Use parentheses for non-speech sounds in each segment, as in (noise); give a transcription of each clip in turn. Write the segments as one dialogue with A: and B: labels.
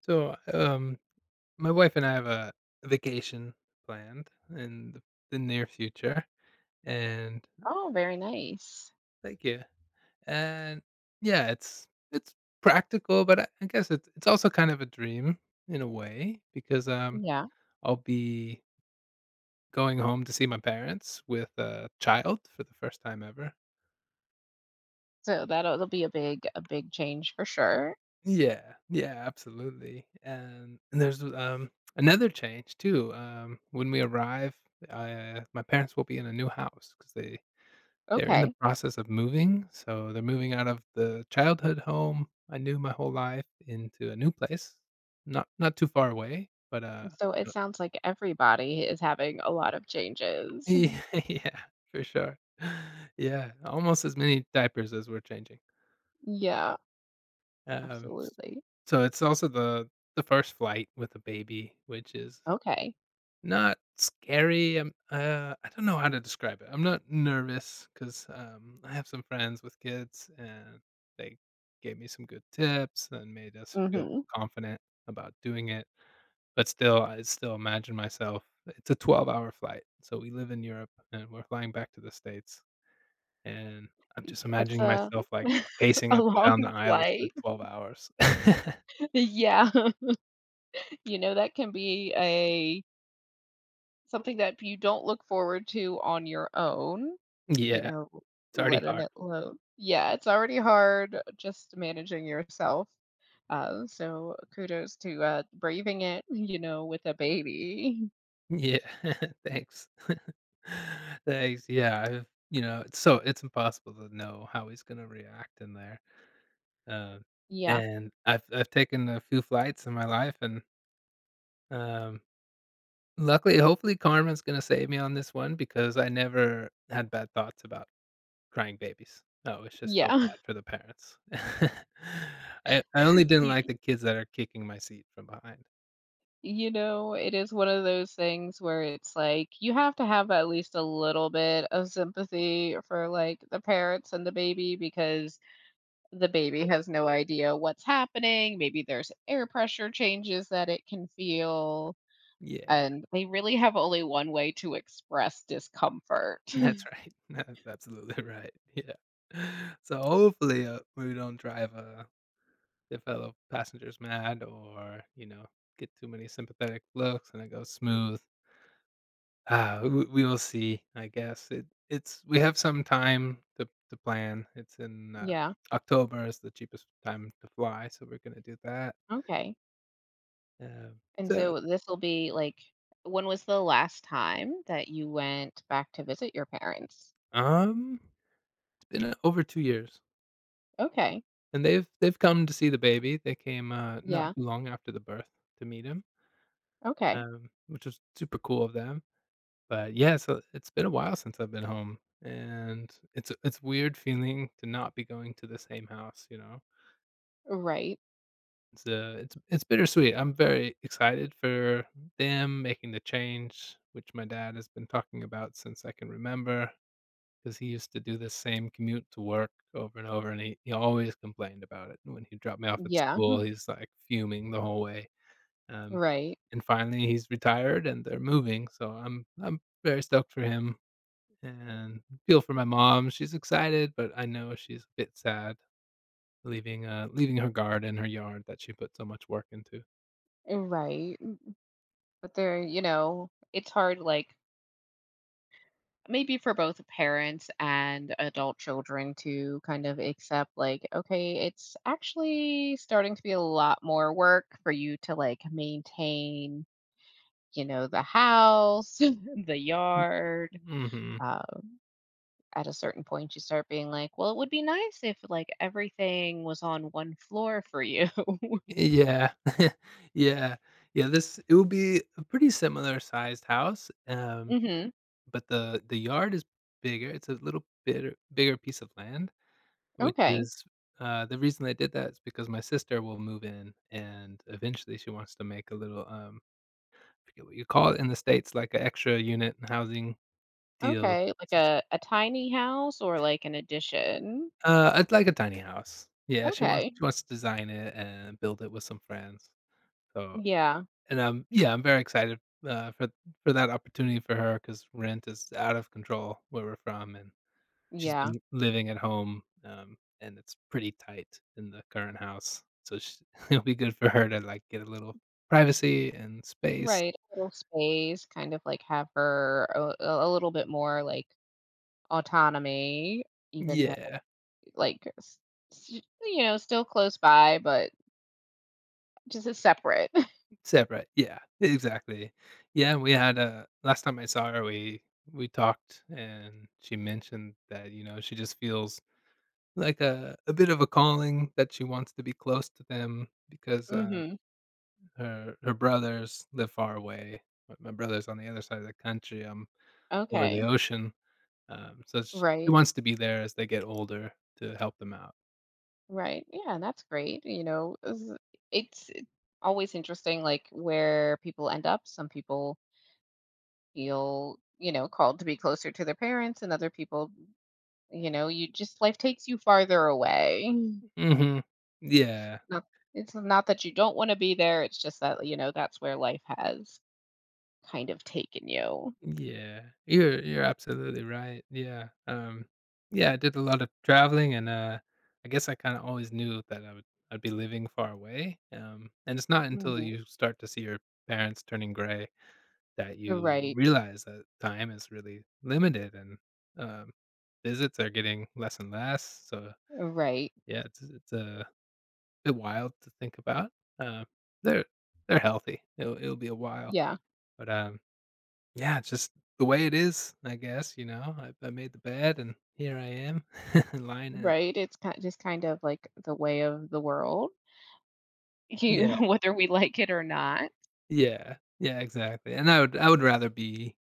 A: So, um, my wife and I have a vacation planned in the near future, and
B: Oh, very nice.
A: thank you. And yeah, it's practical, but I guess it's also kind of a dream in a way because
B: Yeah.
A: I'll be going home to see my parents with a child for the first time ever.
B: So that'll it'll be a big change for sure.
A: Yeah, yeah, absolutely. And there's another change too. When we arrive, my parents will be in a new house because they're in the
B: Okay.
A: process of moving, so they're moving out of the childhood home I knew my whole life into a new place, not too far away, but, uh,
B: So it sounds like everybody is having a lot of changes. (laughs)
A: you know (laughs) Yeah, for sure. (laughs) Yeah, almost as many diapers as we're changing.
B: Yeah,
A: S
B: absolutely.
A: So it's also the first flight with a baby, which is
B: Okay.
A: not scary. I don't know how to describe it. I'm not nervous 'cause, I have some friends with kids, and they gave me some good tips and made us feel
B: Mhm.
A: confident about doing it, but still, I still imagine myself it's a 12-hour flight, so we live in Europe, and we're flying back to the States, and I'm just
B: That's
A: imagining
B: a
A: myself, like,
B: (laughs)
A: pacing
B: a
A: up and
B: long
A: down the aisles for
B: flight.
A: 12 hours. (laughs)
B: (laughs) Yeah. (laughs) You know that can be a something that you don't look forward to on your own, you
A: Yeah,
B: know,
A: it's already
B: letting
A: hard.
B: it load. Yeah, it's already hard just managing yourself. So kudos to braving it, with a baby.
A: Yeah. (laughs) Thanks. (laughs) Thanks. Yeah, it's so it's impossible to know how he's gonna react in there. Um,
B: Yeah,
A: and I've taken a few flights in my life and, um, luckily, hopefully, Carmen's gonna save me on this one because I never had bad thoughts about crying babies. I always just felt
B: yeah. (laughs)
A: bad for the parents. (laughs) I only didn't
B: You,
A: like the kids that are kicking my seat from behind.
B: you know, it is one of those things where it's like you have to have at least a little bit of sympathy for like the parents and the baby because the baby has no idea what's happening. Maybe there's air pressure changes that it can feel,
A: Yeah.
B: and they really have only one way to express discomfort.
A: That's right. (laughs) That's absolutely right. Yeah. (laughs) So hopefully, we don't drive, the fellow passengers mad or, you know, get too many sympathetic looks and it goes smooth. Ah, we will see, I guess. It's we have some time to plan.
B: (laughs) Yeah.
A: October is the cheapest time to fly, so we're gonna do that.
B: Okay.
A: Um,
B: And
A: so,
B: so this will be like, when was the last time that you went back to visit your parents?
A: um, it's been over 2 years,
B: Okay.
A: and they've come to see the baby. They came, not
B: Yeah.
A: too long after the birth to meet him.
B: Okay.
A: Which was super cool of them. But yeah, so it's been a while since I've been home, and it's weird feeling to not be going to the same house, you know?
B: Right.
A: It's bittersweet. I'm very excited for them making the change, which my dad has been talking about since I can remember. Because he used to do the same commute to work over and over, and he always complained about it. When he dropped me off at
B: Yeah.
A: school,
B: (laughs)
A: he's, like, fuming the whole way. Um,
B: Right.
A: and finally, he's retired and they're moving, so I'm very stoked for him and feel for my mom. She's excited, but I know she's a bit sad leaving leaving her garden, her yard that she put so much work into.
B: Right. But they're, you know, it's hard, like, maybe for both parents and adult children to kind of accept, like, okay, it's actually starting to be a lot more work for you to, like, maintain, you know, the house, (laughs) the
A: Mm.
B: yard,
A: Mhm.
B: uh, at a certain point you start being like, well, it would be nice if like everything was on one floor for you.
A: Yeah. (laughs) Yeah. Yeah, this It will be a pretty similar sized house,
B: (laughs) Hmm.
A: but the yard is bigger. It's a little bit bigger piece of land. Which
B: Okay.
A: is The reason I did that is because my sister will move in, and eventually she wants to make a little, I forget what you call it in the States, like an extra unit housing deal.
B: Okay. Like
A: S s
B: a tiny house or like an addition.
A: It's like a tiny house. Yeah,
B: Okay.
A: she wants to design it and build it with some friends. So
B: Yeah.
A: and yeah, I'm very excited, for that opportunity for her because rent is out of control where we're from and she's
B: Yeah.
A: been living at home, and it's pretty tight in the current house, so sh (laughs) it'll be good for her to, like, get a little privacy and space.
B: Right. A little space, kind of like have her a little bit more like autonomy, even though
A: Yeah,
B: like, s- you know, still close by, but just a separate. (laughs)
A: separate, yeah, exactly. Yeah, we had a Last time I saw her, we talked, and she mentioned that, you know, she just feels like a bit of a calling that she wants to be close to them because
B: Hmm.
A: her brothers live far away. My brother's on the other side of the country, I'm over the
B: Okay.
A: ocean. So sh She
B: Right.
A: wants to be there as they get older to help them out.
B: Right. Yeah, that's great. You know, it's always interesting, like where people end up. Some people feel, you know, called to be closer to their parents, and other people, you know, you just life takes you farther away.
A: Mhm. Yeah.
B: Not, it's not that you don't want to be there. It's just that, you know, that's where life has kind of taken you.
A: Yeah. You're absolutely right. Yeah. Yeah, I did a lot of traveling, and I guess I kinda always knew that I'd be living far away, and it's not until
B: Hmm.
A: you start to see your parents turning gray that you
B: Right.
A: realize that time is really limited and, um, visits are getting less and less, so,
B: Right.
A: yeah, it's a bit wild to think about. Um, they're they're healthy. It'll be a while,
B: Yeah.
A: but yeah, it's just the way it is, I guess, you know? I made the bed, and here I am (laughs) lying in it.
B: Right. It's kind just kind of like the way of the world, (laughs)
A: Yeah,
B: whether we like it or not.
A: yeah, yeah, exactly, and I would rather be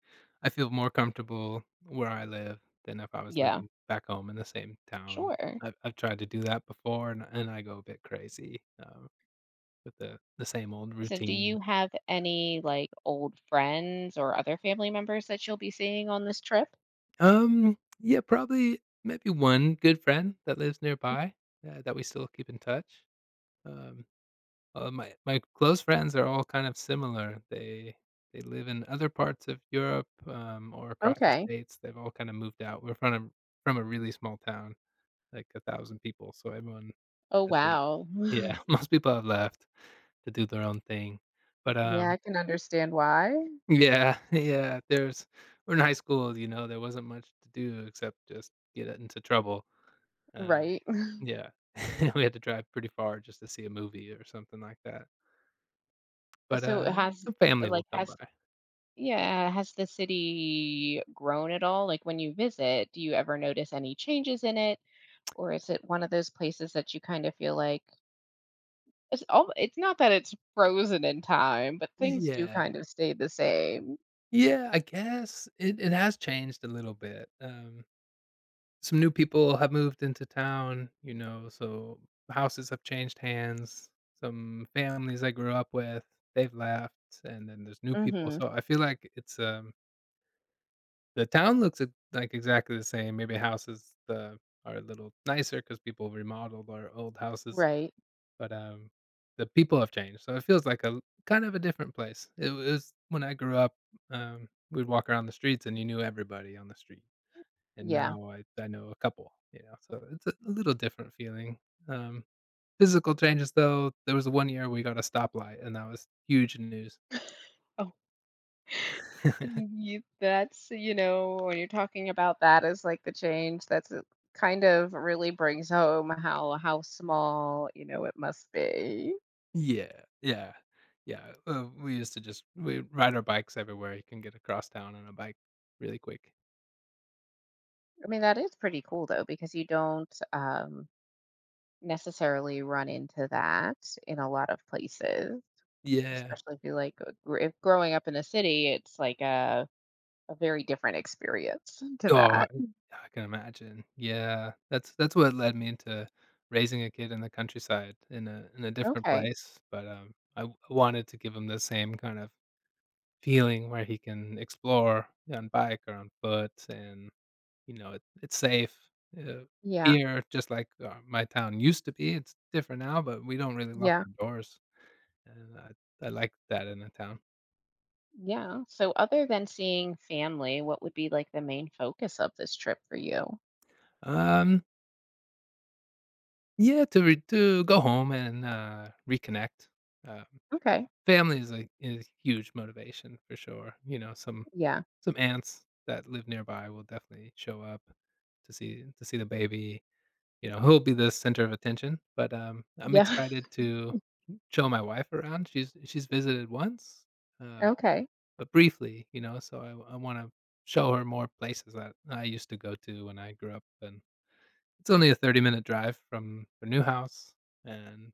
A: I feel more comfortable where I live than if I was
B: Yeah.
A: living back home in the same town.
B: Sure.
A: I've tried to do that before, and I go a bit crazy, with the same old
B: So, do
A: routine.
B: you have any like old friends or other family members that you'll be seeing on this trip?
A: Yeah, probably maybe one good friend that lives nearby, that we still keep in touch. Um, my close friends are all kind of similar. They live in other parts of Europe, or across the
B: Okay.
A: states. They've all kind of moved out. We're from a From a really small town, like a thousand people, so everyone
B: Oh,
A: has left.
B: wow. (gasps) (laughs)
A: Yeah, (laughs) most people have left to do their own thing. But
B: Yeah, I
A: um,
B: can understand why.
A: yeah, (laughs) yeah, there's we're in high school, you know, there wasn't much to do except just get into trouble. Um,
B: Right. (laughs)
A: yeah, (laughs) we had to drive pretty far just to see a movie or something like that, but,
B: So, it
A: uh,
B: has
A: some family
B: like
A: will come
B: has
A: by.
B: yeah, has the city grown at all? Like when you visit, do you ever notice any changes in it? Or is it one of those places that you kind of feel like it's not that it's frozen in time, but things do
A: Yeah.
B: kind of stay the same.
A: Yeah, I guess it has changed a little bit, some new people have moved into town, you know, so houses have changed hands, some families I grew up with, they've left, and then there's new people,
B: Mhm.
A: so I feel like the town looks e like exactly the same, maybe houses, are a little nicer because people remodeled our old houses,
B: Right.
A: but the people have changed, so it feels like a kind of a different place. It was when I grew up, we'd walk around the streets and you knew everybody on the street, and
B: Yeah.
A: now I know a couple, you know, so it's a little different feeling. Um, Physical changes, though, there was one year we got a stoplight, and that was huge news. (laughs)
B: Y that's you know, when you're talking about that as, like, the change, that's a kind of really brings home how small, you know, it must be.
A: Yeah, yeah, yeah, we used to just we ride our bikes everywhere, you can get across town on a bike really quick.
B: I mean, that is pretty cool, though, because you don't necessarily run into that in a lot of places,
A: Yeah.
B: especially if you, like, gr if growing up in a city, it's like a very different experience (laughs) to
A: Oh,
B: that.
A: I can imagine. Yeah, that's what led me into raising a kid in the countryside in a different
B: Okay.
A: place, but, I w wanted to give him the same kind of feeling where he can explore on bike or on foot and, you know, it's safe, uh,
B: Yeah.
A: here, just like, my town used to be, it's different now, but we don't really lock
B: Yeah.
A: our doors. And I like that in a town.
B: Yeah. So other than seeing family, what would be like the main focus of this trip for you?
A: Um, yeah, to go home and, reconnect. Um,
B: Okay.
A: Family is a huge motivation for sure, you know,
B: Yeah.
A: some aunts that live nearby will definitely show up to see the baby, you know, he'll be the center of attention, but I'm
B: Yeah.
A: excited
B: (laughs)
A: to show my wife around. She's visited once, uh,
B: Okay.
A: but briefly, you know, so I wanna show her more places that I used to go to when I grew up and it's only a 30-minute drive from their new house, and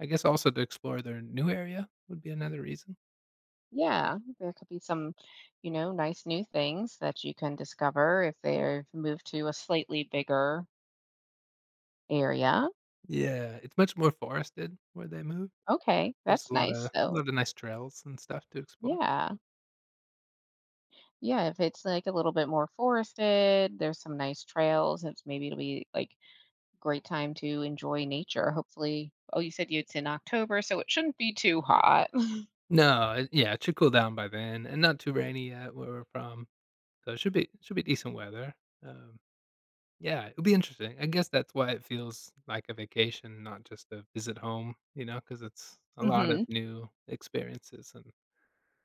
A: I guess also to explore their new area would be another reason.
B: Yeah. There could be some, you know, nice new things that you can discover if they've moved to a slightly bigger area.
A: Yeah, it's much more forested where they moved.
B: Okay.
A: There's
B: That's
A: a lot of
B: nice. So,
A: nice trails and stuff to explore.
B: yeah. Yeah. If it's like a little bit more forested, there's some nice trails. It's maybe it'll be like great time to enjoy nature. Hopefully. Oh, you said it's in October, so it shouldn't be too hot. (laughs)
A: No, it yeah, it should cool down by then, and not too rainy yet where we're from, so it should be decent weather. Um, yeah, it'll be interesting. I guess that's why it feels like a vacation, not just a visit home, you know, because it's a lot of
B: Hmm.
A: new experiences and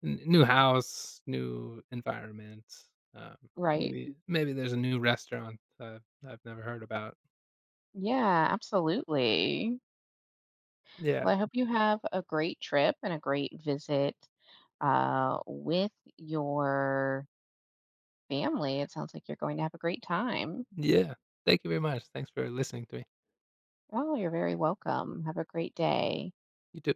A: N new house, new environment, um,
B: Right.
A: maybe there's a new restaurant that I've never heard about.
B: Yeah, absolutely.
A: Yeah,
B: Well, I hope you have a great trip and a great visit with your family. It sounds like you're going to have a great time.
A: yeah. Thank you very much. Thanks for listening to me.
B: Oh, you're very welcome. Have a great day.
A: You too.